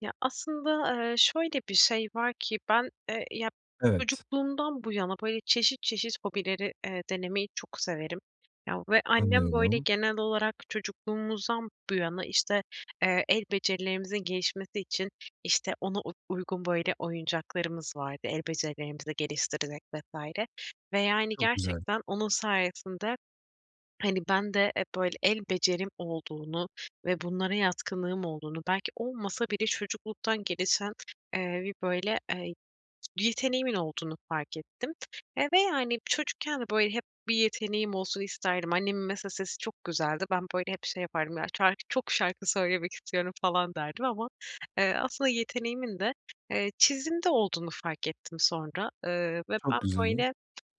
Ya, aslında, şöyle bir şey var ki ben, ya, Evet, çocukluğumdan bu yana, böyle, çeşit çeşit hobileri, denemeyi çok severim. Ya, ve annem, böyle, anlıyorum. genel olarak çocukluğumuzdan bu yana, işte, el becerilerimizin gelişmesi için, işte, ona uygun, böyle, oyuncaklarımız vardı, el becerilerimizi geliştirecek vs. ve, yani, Çok güzel, gerçekten onun sayesinde hani, ben de, böyle, el becerim olduğunu ve bunlara yatkınlığım olduğunu, belki olmasa bile çocukluktan gelişen, bir, böyle, yeteneğimin olduğunu fark ettim, ve yani çocukken de böyle hep bir yeteneğim olsun isterdim. Annemin mesela sesi çok güzeldi. Ben böyle hep şey yapardım, "Ya, şarkı çok şarkı söylemek istiyorum." falan derdim ama, aslında yeteneğimin de, çizimde olduğunu fark ettim sonra, ve çok ben güzel. böyle,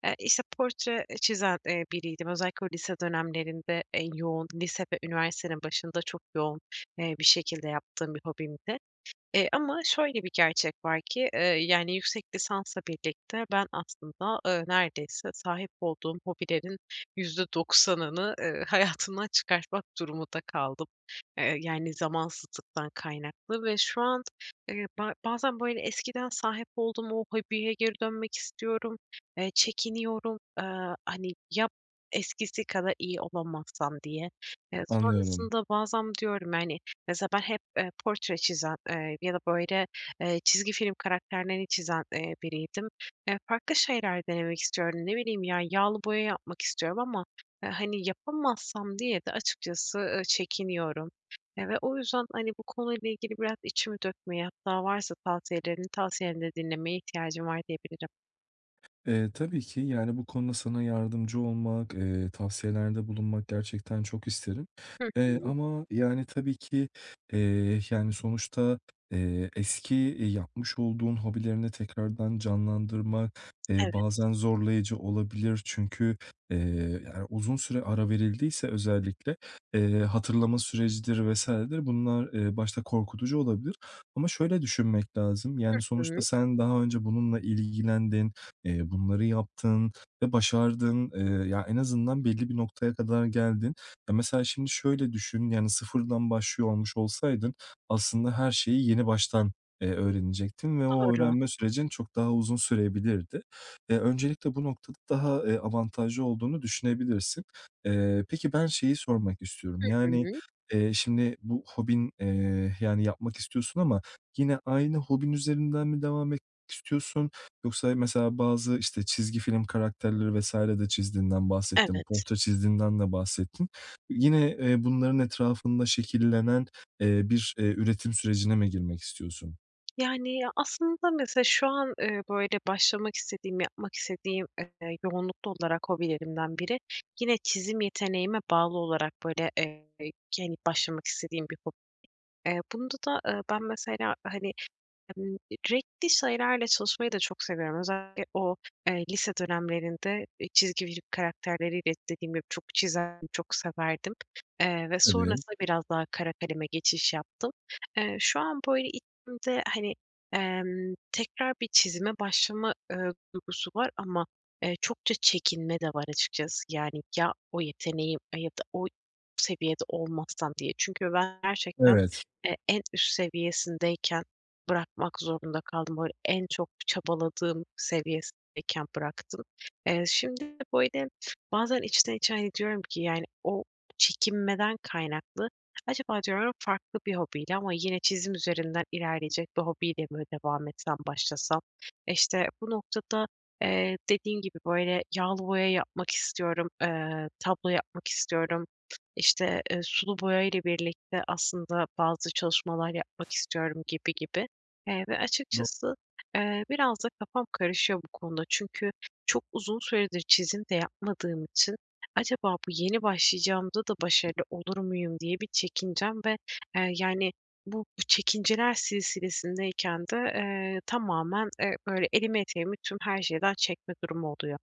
işte, portre çizen, biriydim. Özellikle lise dönemlerinde en yoğun, lise ve üniversitenin başında çok yoğun, bir şekilde yaptığım bir hobimdi. Ama şöyle bir gerçek var ki, yani, yüksek lisansla birlikte ben aslında, neredeyse sahip olduğum hobilerin %90'ını, hayatımdan çıkartmak durumunda kaldım. Yani, zamansızlıktan kaynaklı ve şu an, ba bazen, böyle, eskiden sahip olduğum o hobiye geri dönmek istiyorum, çekiniyorum, hani, ya eskisi kadar iyi olamazsam diye. Anlıyorum. Sonrasında bazen diyorum, yani, mesela ben hep, portre çizen, ya da böyle, çizgi film karakterlerini çizen, biriydim. Farklı şeyler denemek istiyorum. Ne bileyim ya, yağlı boya yapmak istiyorum ama, hani, yapamazsam diye de açıkçası, çekiniyorum. Ve o yüzden, hani, bu konuyla ilgili biraz içimi dökmeye hatta varsa tavsiyelerini, tavsiyeni de dinlemeye ihtiyacım var diyebilirim. Tabii ki, yani, bu konuda sana yardımcı olmak, tavsiyelerde bulunmak gerçekten çok isterim. Hı hı. Ama, yani, tabii ki, yani, sonuçta, yapmış olduğun hobilerini tekrardan canlandırmak, Evet. bazen zorlayıcı olabilir. Çünkü, eee, yani, uzun süre ara verildiyse özellikle, hatırlama sürecidir vesairedir bunlar, başta korkutucu olabilir. Ama şöyle düşünmek lazım, yani, sonuçta Hı. sen daha önce bununla ilgilendin. Bunları yaptın ve başardın. Ya, en azından belli bir noktaya kadar geldin. Ya, mesela şimdi şöyle düşün, yani, sıfırdan başlıyor olmuş olsaydın aslında her şeyi yeni baştan, öğrenecektin ve o Doğru. öğrenme sürecin çok daha uzun sürebilirdi. Öncelikle bu noktada daha, avantajlı olduğunu düşünebilirsin. Peki ben şeyi sormak istiyorum, Hı yani, hı. Şimdi bu hobin, yani, yapmak istiyorsun ama yine aynı hobin üzerinden mi devam etmek istiyorsun? Yoksa mesela bazı, işte, çizgi film karakterleri vesaire de çizdiğinden bahsettin, Evet. portre çizdiğinden de bahsettin. Yine, bunların etrafında şekillenen, üretim sürecine mi girmek istiyorsun? Yani, ya, aslında mesela şu an, böyle başlamak istediğim, yapmak istediğim, yoğunluklu olarak hobilerimden biri yine çizim yeteneğime bağlı olarak böyle, yani, başlamak istediğim bir hobi. Bunda da, ben mesela, hani, Emm, renkli şeylerle çalışmayı da çok seviyorum. Özellikle o, lise dönemlerinde, çizgi film karakterleriyle dediğim gibi çok çizerdim, çok severdim, ve Tabii, sonrasında biraz daha kara kaleme geçiş yaptım. Şu an böyle içimde, hani, tekrar bir çizime başlama, duygusu var ama, çokça çekinme de var açıkçası. Yani, "Ya o yeteneğim ya da o seviyede olmazsam?" diye. Çünkü ben gerçekten, evet. En üst seviyesindeyken bırakmak zorunda kaldım. Böyle en çok çabaladığım seviyedeyken bıraktım. Şimdi böyle bazen içten içe, hani, diyorum ki yani o çekinmeden kaynaklı acaba diyorum farklı bir hobiyle ama yine çizim üzerinden ilerleyecek bir hobiyle mi devam etsem, başlasam? E, işte bu noktada, dediğin gibi böyle yağlı boya yapmak istiyorum, tablo yapmak istiyorum. İşte, sulu boya ile birlikte aslında bazı çalışmalar yapmak istiyorum gibi gibi. Ve açıkçası, biraz da kafam karışıyor bu konuda. Çünkü çok uzun süredir çizim de yapmadığım için acaba bu yeni başlayacağımda da başarılı olur muyum diye bir çekincem ve, yani, bu çekinceler silsilesindeyken de, tamamen, böyle elimi eteğimi tüm her şeyden çekme durumu oluyor.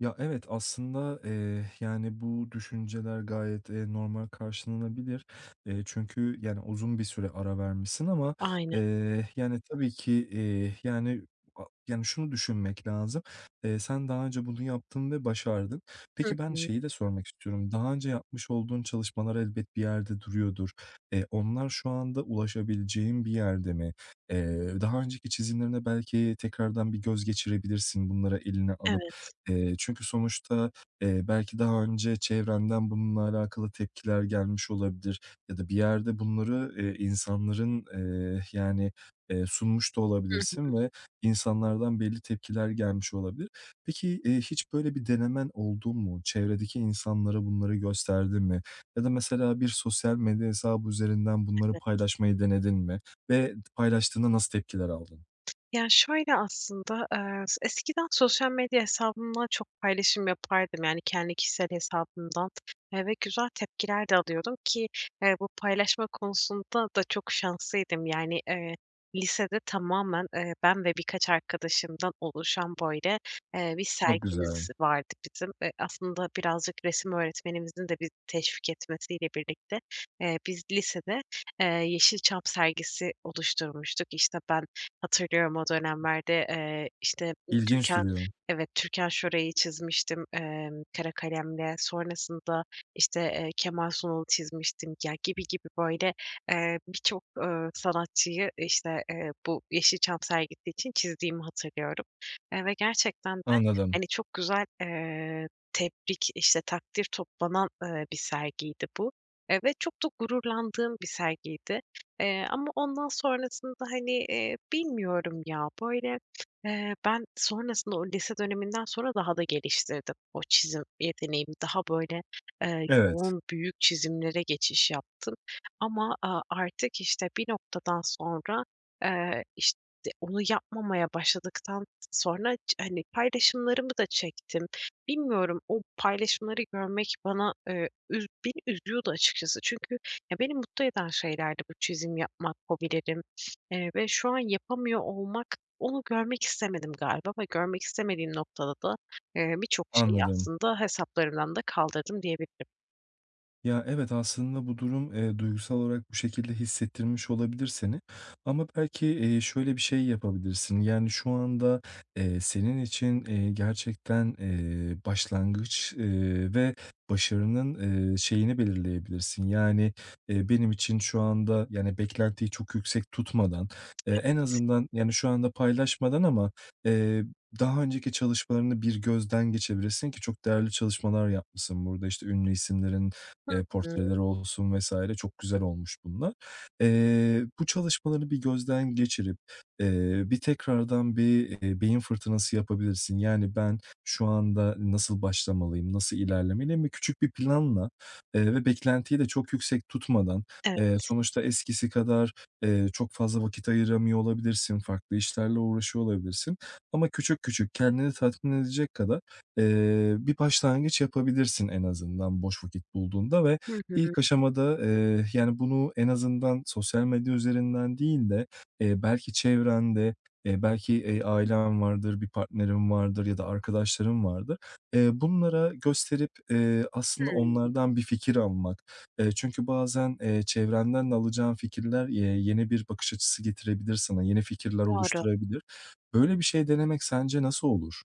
Ya, evet, aslında, yani, bu düşünceler gayet, normal karşılanabilir. Çünkü, yani, uzun bir süre ara vermişsin ama, Aynen. Yani, tabii ki, yani, a yani, şunu düşünmek lazım. Sen daha önce bunu yaptın ve başardın. Hı Peki, ben hı. şeyi de sormak istiyorum. Daha önce yapmış olduğun çalışmalar elbet bir yerde duruyordur. Onlar şu anda ulaşabileceğin bir yerde mi? Daha önceki çizimlerine belki tekrardan bir göz geçirebilirsin bunlara eline alıp. Evet. Çünkü sonuçta, belki daha önce çevrenden bununla alakalı tepkiler gelmiş olabilir ya da bir yerde bunları, insanların, yani, sunmuş da olabilirsin ve insanlardan belli tepkiler gelmiş olabilir. Peki, hiç böyle bir denemen oldu mu? Çevredeki insanlara bunları gösterdin mi? Ya da mesela bir sosyal medya hesabı üzerinden bunları paylaşmayı denedin mi ve paylaştığında nasıl tepkiler aldın? Ya, şöyle aslında, eskiden sosyal medya hesabımla çok paylaşım yapardım, yani, kendi kişisel hesabımdan, ve güzel tepkiler de alıyordum ki, bu paylaşma konusunda da çok şanslıydım. Yani, lisede tamamen, ben ve birkaç arkadaşımdan oluşan, böyle, bir Çok güzel. sergimiz vardı bizim. Aslında birazcık resim öğretmenimizin de bizi teşvik etmesiyle birlikte, biz lisede, Yeşilçam sergisi oluşturmuştuk. İşte, ben hatırlıyorum o dönemlerde, işte, İlginç Türkan duruyor. evet, Türkan Şoray'ı çizmiştim, kara kalemle. Sonrasında, işte, Kemal Sunal'ı çizmiştim. Ya, gibi gibi böyle, birçok, sanatçıyı, işte, bu Yeşilçam sergisi için çizdiğimi hatırlıyorum, ve gerçekten de, Anladım. hani, çok güzel, tebrik, işte, takdir toplanan, bir sergiydi bu, ve çok da gururlandığım bir sergiydi. Ama ondan sonrasında, hani, bilmiyorum ya, böyle, ben sonrasında o lise döneminden sonra daha da geliştirdim o çizim yeteneğimi. Daha böyle, Evet. yoğun, büyük çizimlere geçiş yaptım ama, artık, işte, bir noktadan sonra, işte, onu yapmamaya başladıktan sonra hani, paylaşımlarımı da çektim. Bilmiyorum, o paylaşımları görmek bana, üz beni üzüyordu açıkçası çünkü ya, beni mutlu eden şeylerdi bu çizim yapmak, hobilerim, ve şu an yapamıyor olmak, onu görmek istemedim galiba ve görmek istemediğim noktada da, birçok şeyi Anladım. aslında hesaplarımdan da kaldırdım diyebilirim. Ya, evet, aslında bu durum, duygusal olarak bu şekilde hissettirmiş olabilir seni ama belki, şöyle bir şey yapabilirsin. Yani, şu anda, senin için, gerçekten, başlangıç, ve başarının, şeyini belirleyebilirsin. Yani, benim için şu anda, yani, beklentiyi çok yüksek tutmadan, en azından, yani, şu anda paylaşmadan ama, eee, daha önceki çalışmalarını bir gözden geçebilirsin ki çok değerli çalışmalar yapmışsın burada. İşte ünlü isimlerin Hı hı. portreleri olsun vesaire çok güzel olmuş bunlar. Bu çalışmaları bir gözden geçirip, bir tekrardan bir beyin fırtınası yapabilirsin. Yani, ben şu anda nasıl başlamalıyım, nasıl ilerlemeliyim ve küçük bir planla, ve beklentiyi de çok yüksek tutmadan, Evet. sonuçta eskisi kadar, çok fazla vakit ayıramıyor olabilirsin, farklı işlerle uğraşıyor olabilirsin ama küçük küçük kendini tatmin edecek kadar bir başlangıç yapabilirsin en azından boş vakit bulduğunda ve Hı hı. ilk aşamada, yani, bunu en azından sosyal medya üzerinden değil de, belki çevrende, belki, ailen vardır, bir partnerin vardır ya da arkadaşların vardır. Bunlara gösterip, aslında Hımm. onlardan bir fikir almak. Çünkü bazen, çevrenden de alacağın fikirler, yeni bir bakış açısı getirebilir sana, yeni fikirler Doğru. oluşturabilir. Böyle bir şey denemek sence nasıl olur?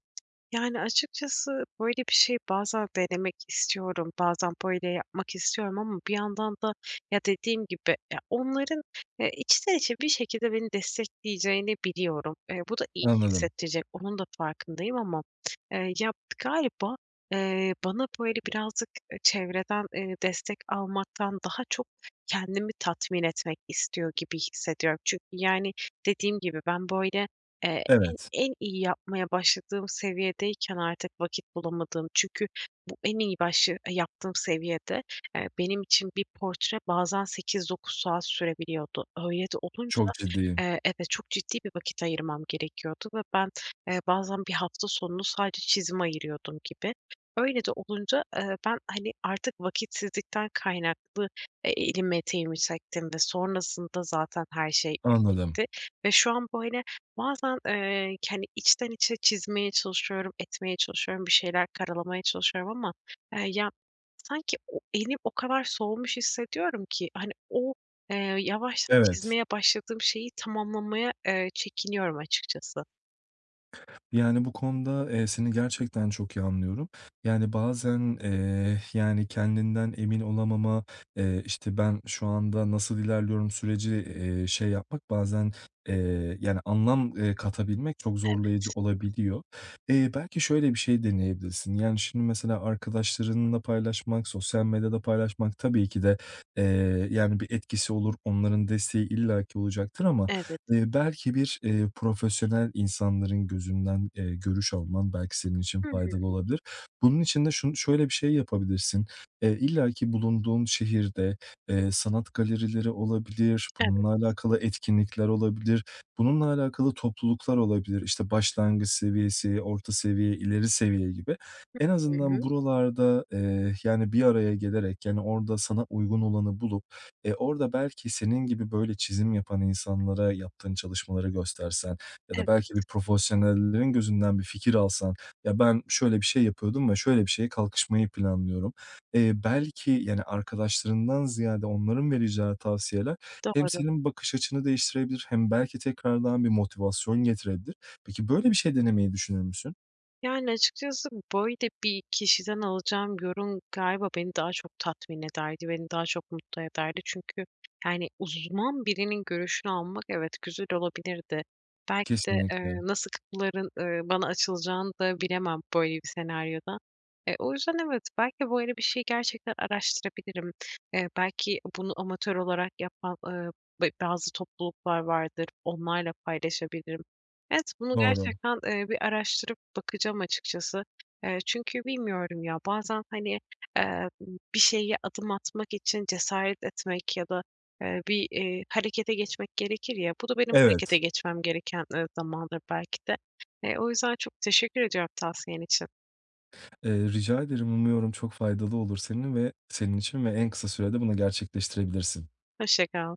Yani, açıkçası böyle bir şey bazen denemek istiyorum, bazen böyle yapmak istiyorum ama bir yandan da ya, dediğim gibi, ya, onların, içten içe bir şekilde beni destekleyeceğini biliyorum. Bu da iyi Anladım. hissettirecek, onun da farkındayım ama, ya, galiba, bana böyle birazcık, çevreden, destek almaktan daha çok kendimi tatmin etmek istiyor gibi hissediyorum. Çünkü, yani, dediğim gibi ben böyle, eee en Evet. en iyi yapmaya başladığım seviyedeyken artık vakit bulamadığım çünkü bu en iyi başı yaptığım seviyede, benim için bir portre bazen 8 9 saat sürebiliyordu. Öyle de olunca, Çok ciddiyim. Evet, çok ciddi bir vakit ayırmam gerekiyordu ve ben, bazen bir hafta sonunu sadece çizime ayırıyordum gibi. Öyle de olunca, ben, hani, artık vakitsizlikten kaynaklı, elimi eteğimi çektim ve sonrasında zaten her şey, Anladım. gitti ve şu an, böyle, bazen, hani, içten içe çizmeye çalışıyorum, etmeye çalışıyorum, bir şeyler karalamaya çalışıyorum ama, ya, sanki o elim o kadar soğumuş hissediyorum ki, hani, o, yavaştan Evet. çizmeye başladığım şeyi tamamlamaya, çekiniyorum açıkçası. Yani bu konuda, seni gerçekten çok iyi anlıyorum. Yani bazen, yani kendinden emin olamama, işte, ben şu anda nasıl ilerliyorum süreci, şey yapmak bazen, yani anlam, katabilmek çok zorlayıcı olabiliyor. Belki şöyle bir şey deneyebilirsin. Yani şimdi mesela arkadaşlarınla paylaşmak, sosyal medyada paylaşmak tabii ki de, eee, yani bir etkisi olur. Onların desteği illaki olacaktır ama Evet. Belki bir, profesyonel insanların gözünden, görüş alman belki senin için Hımm. faydalı olabilir. Bunun için de şöyle bir şey yapabilirsin. İlla ki bulunduğun şehirde, sanat galerileri olabilir, Evet. bununla alakalı etkinlikler olabilir, bununla alakalı topluluklar olabilir. İşte, başlangıç seviyesi, orta seviye, ileri seviye gibi. En Hı azından hı. buralarda, yani, bir araya gelerek, yani, orada sana uygun olanı bulup orada belki senin gibi böyle çizim yapan insanlara yaptığın çalışmaları göstersen ya da Evet, belki bir profesyonellerin gözünden bir fikir alsan, "Ya, ben şöyle bir şey yapıyordum ve şöyle bir şeye kalkışmayı planlıyorum." Belki, yani, arkadaşlarından ziyade onların vereceği tavsiyeler hem doğru. senin bakış açını değiştirebilir hem belki tekrardan bir motivasyon getirebilir. Peki, böyle bir şey denemeyi düşünür müsün? Yani, açıkçası böyle bir kişiden alacağım yorum galiba beni daha çok tatmin ederdi, beni daha çok mutlu ederdi. Çünkü, yani, uzman birinin görüşünü almak evet, güzel olabilirdi. Belki de, Kesinlikle. Nasıl kapıların, bana açılacağını da bilemem böyle bir senaryoda. E, o yüzden evet, belki böyle bir şey gerçekten araştırabilirim. Belki bunu amatör olarak yapan, bazı topluluklar vardır, onlarla paylaşabilirim. Evet, bunu Doğru. gerçekten, bir araştırıp bakacağım açıkçası. Çünkü bilmiyorum ya, bazen, hani, eee, bir şeye adım atmak için cesaret etmek ya da, bir, harekete geçmek gerekir ya, bu da benim harekete Evet. geçmem gereken, zamandır belki de. O yüzden çok teşekkür ediyorum tavsiyen için. Rica ederim. Umuyorum çok faydalı olur senin ve senin için ve en kısa sürede bunu gerçekleştirebilirsin. Hoşça kal.